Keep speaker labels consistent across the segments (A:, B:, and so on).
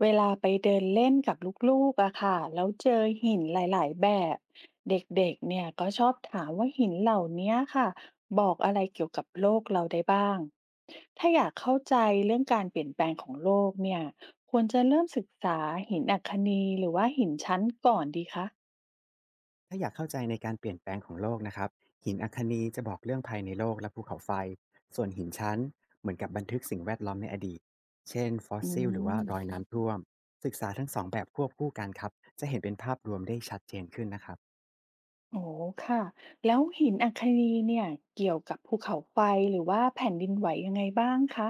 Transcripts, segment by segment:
A: เวลาไปเดินเล่นกับลูกๆอะค่ะแล้วเจอหินหลายๆแบบเด็กๆเนี่ยก็ชอบถามว่าหินเหล่านี้ค่ะบอกอะไรเกี่ยวกับโลกเราได้บ้างถ้าอยากเข้าใจเรื่องการเปลี่ยนแปลงของโลกเนี่ยควรจะเริ่มศึกษาหินอัคนีหรือว่าหินชั้นก่อนดีคะ
B: ถ้าอยากเข้าใจในการเปลี่ยนแปลงของโลกนะครับหินอัคนีจะบอกเรื่องภายในโลกและภูเขาไฟส่วนหินชั้นเหมือนกับบันทึกสิ่งแวดล้อมในอดีตเช่นฟอส
A: อื
B: ซิลหรือว่า
A: ม
B: รอยน้ำท่วมศึกษาทั้งสองแบบควบคู่กันครับจะเห็นเป็นภาพรวมได้ชัดเจนขึ้นนะครับ
A: โอ้ค่ะแล้วหินอัคนีเนี่ยเกี่ยวกับภูเขาไฟหรือว่าแผ่นดินไหวยังไงบ้างคะ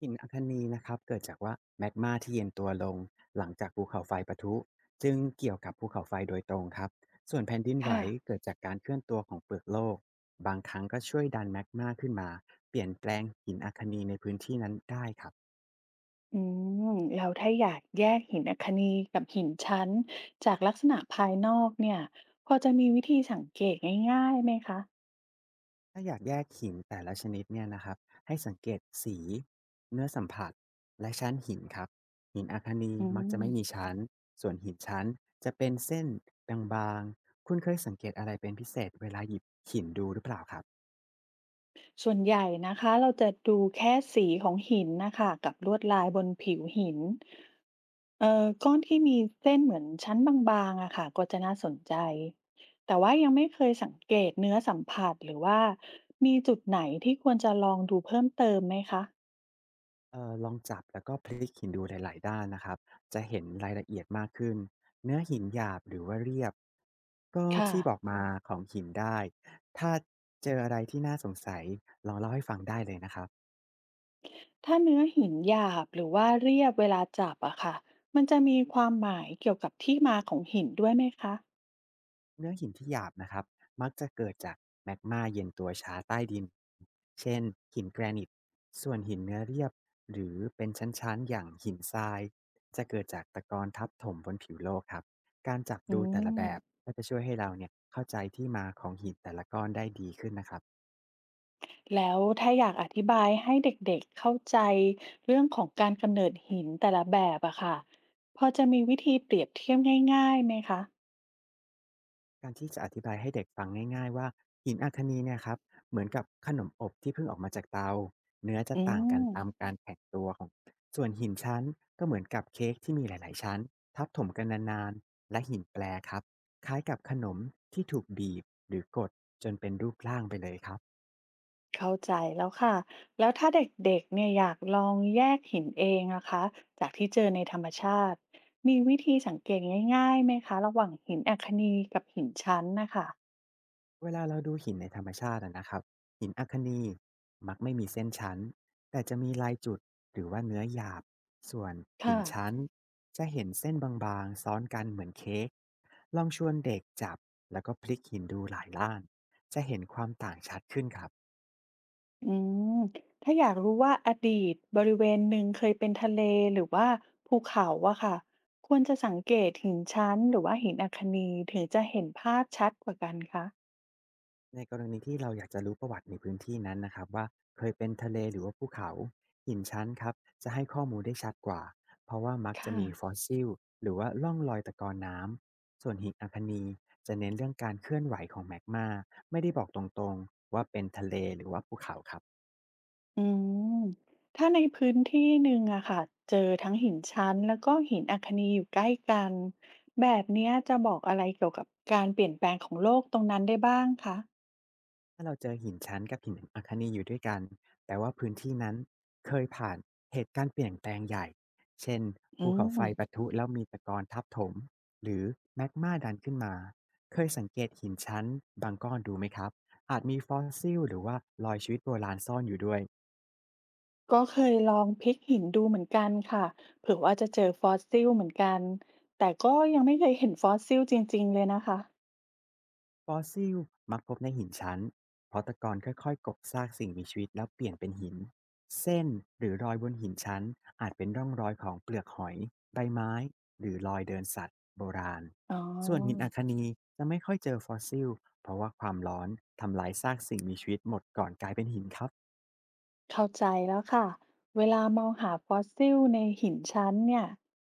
B: หินอัคนีนะครับเกิดจากว่าแมกมาที่เย็นตัวลงหลังจากภูเขาไฟปะทุจึงเกี่ยวกับภูเขาไฟโดยตรงครับส่วนแผ่นดินไหว
A: ค่ะ
B: เกิดจากการเคลื่อนตัวของเปลือกโลกบางครั้งก็ช่วยดันแมกมาขึ้นมาเปลี่ยนแปลงหินอัคนีในพื้นที่นั้นได้ครับ
A: อืมแล้วถ้าอยากแยกหินอัคนีกับหินชั้นจากลักษณะภายนอกเนี่ยพอจะมีวิธีสังเกตง่ายๆไหมคะ
B: ถ้าอยากแยกหินแต่ละชนิดเนี่ยนะครับให้สังเกตสีเนื้อสัมผัสและชั้นหินครับหินอัคนี
A: อื
B: มักจะไม่มี
A: ม
B: ชั้นส่วนหินชั้นจะเป็นเส้นบางๆคุณเคยสังเกตอะไรเป็นพิเศษเวลาหยิบหินดูหรือเปล่าครับ
A: ส่วนใหญ่นะคะเราจะดูแค่สีของหินนะคะกับลวดลายบนผิวหินก้อนที่มีเส้นเหมือนชั้นบางๆอะค่ะก็จะน่าสนใจแต่ว่ายังไม่เคยสังเกตเนื้อสัมผัสหรือว่ามีจุดไหนที่ควรจะลองดูเพิ่มเติมไหมคะ
B: เออลองจับแล้วก็พลิกหินดูหลายๆด้านนะครับจะเห็นรายละเอียดมากขึ้นเนื้อหินหยาบหรือว่าเรียบก็
A: ค่ะ
B: ที่บอกมาของหินได้ถ้าเจออะไรที่น่าสงสัยลองเล่าให้ฟังได้เลยนะครับ
A: ถ้าเนื้อหินหยาบหรือว่าเรียบเวลาจับอะค่ะมันจะมีความหมายเกี่ยวกับที่มาของหินด้วยไหมคะ
B: เนื้อหินที่หยาบนะครับมักจะเกิดจากแมกมาเย็นตัวช้าใต้ดินเช่นหินแกรนิตส่วนหินเนื้อเรียบหรือเป็นชั้นๆอย่างหินทรายจะเกิดจากตะกอนทับถมบนผิวโลกครับการจับ
A: อื
B: ดูแต่ละแบ
A: ม
B: บก็จะช่วยให้เราเนี่ยเข้าใจที่มาของหินแต่ละก้อนได้ดีขึ้นนะครับ
A: แล้วถ้าอยากอธิบายให้เด็กๆเข้าใจเรื่องของการกำเนิดหินแต่ละแบบอะค่ะพอจะมีวิธีเปรียบเทียบง่ายๆไหมคะ
B: การที่จะอธิบายให้เด็กฟังง่ายๆว่าหินอัคนีเนี่ยครับเหมือนกับขนมอบที่เพิ่งออกมาจากเตาเนื้อจะ
A: อื
B: ต่างกัน
A: ม
B: ตามการแข็งตัวของส่วนหินชั้นก็เหมือนกับเค้กที่มีหลายๆชั้นทับถมกันนานๆและหินแปรครับคล้ายกับขนมที่ถูกบีบหรือกดจนเป็นรูปร่างไปเลยครับ
A: เข้าใจแล้วค่ะแล้วถ้าเด็กๆเนี่ยอยากลองแยกหินเองนะคะจากที่เจอในธรรมชาติมีวิธีสังเกตง่ายๆไหมคะระหว่างหินอัคนีกับหินชั้นนะคะ
B: เวลาเราดูหินในธรรมชาติอะนะครับหินอัคนีมักไม่มีเส้นชั้นแต่จะมีลายจุดหรือว่าเนื้อหยาบส่วนหิ
A: ค่ะ
B: นชั้นจะเห็นเส้นบางๆซ้อนกันเหมือนเค้กลองชวนเด็กจับแล้วก็พลิกหินดูหลายล่านจะเห็นความต่างชัดขึ้นครับ
A: อืมถ้าอยากรู้ว่าอดีตบริเวณหนึ่งเคยเป็นทะเลหรือว่าภูเขาอะค่ะ ควรจะสังเกตหินชั้นหรือว่าหินอัคนีถึงจะเห็นภาพชัดกว่ากันคะ
B: ในกรณีที่เราอยากจะรู้ประวัติในพื้นที่นั้นนะครับว่าเคยเป็นทะเลหรือว่าภูเขาหินชั้นครับจะให้ข้อมูลได้ชัดกว่าเพราะว่ามักจะ
A: ค่ะ
B: มีฟอสซิลหรือว่าล่องรอยตะกอนน้ำส่วนหินอัคนีจะเน้นเรื่องการเคลื่อนไหวของแมกมาไม่ได้บอกตรงๆว่าเป็นทะเลหรือว่าภูเขาครับ
A: อืม ถ้าในพื้นที่หนึ่งอะค่ะ เจอทั้งหินชั้นแล้วก็หินอัคนีอยู่ใกล้กันแบบเนี้ยจะบอกอะไรเกี่ยวกับการเปลี่ยนแปลงของโลกตรงนั้นได้บ้างคะ
B: ถ้าเราเจอหินชั้นกับหินอัคนีอยู่ด้วยกันแต่ว่าพื้นที่นั้นเคยผ่านเหตุการณ์เปลี่ยนแปลงใหญ่ เช่น
A: อื
B: ภูเขาไฟ
A: ม
B: ปะทุแล้วมีตะกอนทับถม หรือแมกมาดันขึ้นมา เคยสังเกตหินชั้นบางก้อนดูไหมครับ อาจมีฟอสซิลหรือว่ารอยชีวิตโบราณซ่อนอยู่ด้วย
A: ก็เคยลองพลิกหินดูเหมือนกันค่ะเผื่อว่าจะเจอฟอสซิลเหมือนกันแต่ก็ยังไม่เคยเห็นฟอสซิลจริงๆเลยนะคะ
B: ฟอสซิลมักพบในหินชั้นเพราะตะกอนค่อยๆกลบซากสิ่งมีชีวิตแล้วเปลี่ยนเป็นหินเส้นหรือรอยบนหินชั้นอาจเป็นร่องรอยของเปลือกหอยใบไม้หรือรอยเดินสัตว์โบราณ
A: อ๋
B: ส่วนหินอั
A: อ
B: คนีจะไม่ค่อยเจอฟอสซิลเพราะว่าความร้อนทำลายซากสิ่ง
A: เข้าใจแล้วค่ะเวลามองหาฟอสซิลในหินชั้นเนี่ย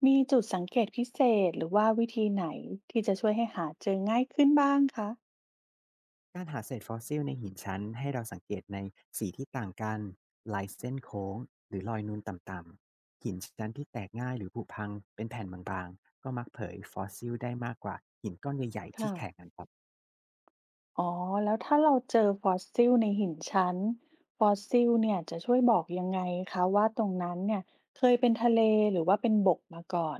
A: มีจุดสังเกตพิเศษหรือว่าวิธีไหนที่จะช่วยให้หาเจอง่ายขึ้นบ้างคะ
B: การหาเศษฟอสซิลในหินชั้นให้เราสังเกตในสีที่ต่างกัน ลายเส้นโค้งหรือรอยนูนต่ำๆ หินชั้นที่แตกง่ายหรือผุพังเป็นแผ่นบางๆ ก็มักเผยฟอสซิลได้มากกว่าหินก้อนใหญ่ๆที่
A: ค่ะ
B: แข็งกันครับ
A: อ๋อแล้วถ้าเราเจอฟอสซิลในหินชั้นฟอสซิลเนี่ยจะช่วยบอกยังไงคะว่าตรงนั้นเนี่ยเคยเป็นทะเลหรือว่าเป็นบกมาก่อน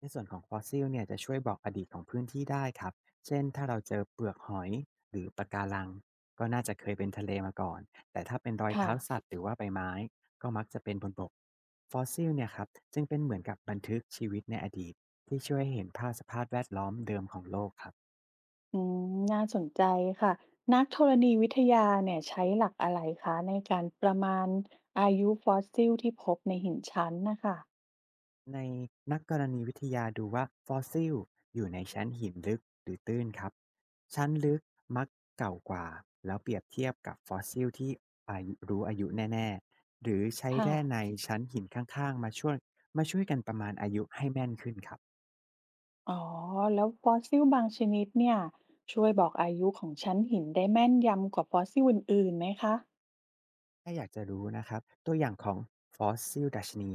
B: ในส่วนของฟอสซิลเนี่ยจะช่วยบอกอดีตของพื้นที่ได้ครับ เช่น ถ้าเราเจอเปลือกหอยหรือปะการังก็น่าจะเคยเป็นทะเลมาก่อน แต่ถ้าเป็นรอย
A: ค่ะ
B: เท้าสัตว์หรือว่าใบไม้ก็มักจะเป็นบนบกฟอสซิลเนี่ยครับจึงเป็นเหมือนกับบันทึกชีวิตในอดีตที่ช่วยให้เห็นภาพสภาพแวดล้อมเดิมของโลกครับ
A: อืมน่าสนใจค่ะนักธรณีวิทยาเนี่ยใช้หลักอะไรคะในการประมาณอายุฟอสซิลที่พบในหินชั้นนะคะ
B: ในนักธรณีวิทยาดูว่าฟอสซิลอยู่ในชั้นหินลึกหรือตื้นครับชั้นลึกมักเก่ากว่าแล้วเปรียบเทียบกับฟอสซิลที่อายุรู้อายุแน่ๆหรือใช้
A: ค่ะ
B: แร่ในชั้นหินข้างๆมาช่วยกันประมาณอายุให้แม่นขึ้นครับ
A: อ๋อแล้วฟอสซิลบางชนิดเนี่ยช่วยบอกอายุของชั้นหินได้แม่นยำกว่าฟอสซิลอื่นๆไหมคะ
B: ถ้าอยากจะรู้นะครับตัวอย่างของฟอสซิลดัชนี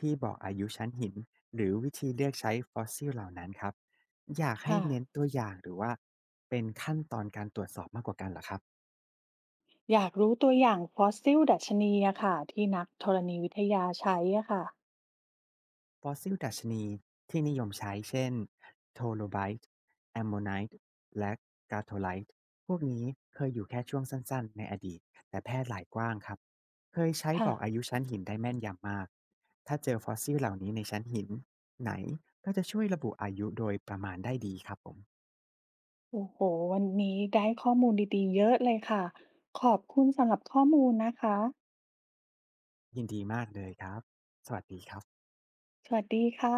B: ที่บอกอายุชั้นหินหรือวิธีเลือกใช้ฟอสซิลเหล่านั้นครับอยากให้
A: ค่ะ
B: เน้นตัวอย่างหรือว่าเป็นขั้นตอนการตรวจสอบมากกว่ากันเหรอครับ
A: อยากรู้ตัวอย่างฟอสซิลดัชนีอะค่ะที่นักธรณีวิทยาใช้อะค่ะ
B: ฟอสซิลดัชนีที่นิยมใช้ เช่นโทโลไบต์แอมโมไนต์และกาโทไลต์พวกนี้เคยอยู่แค่ช่วงสั้นๆ ในอดีต แต่แพร่หลายกว้างครับ เคยใช้บ
A: ค่ะ
B: อกอายุชั้นหินได้แม่นยำมาก ถ้าเจอฟอสซิลเหล่านี้ในชั้นหินไหน ก็จะช่วยระบุอายุโดยประมาณได้ดีครับผม
A: โอ้โหวันนี้ได้ข้อมูลดีๆเยอะเลยค่ะขอบคุณสำหรับข้อมูลนะคะ
B: ยินดีมากเลยครับ สวัสดีครับ
A: สวัสดีค่ะ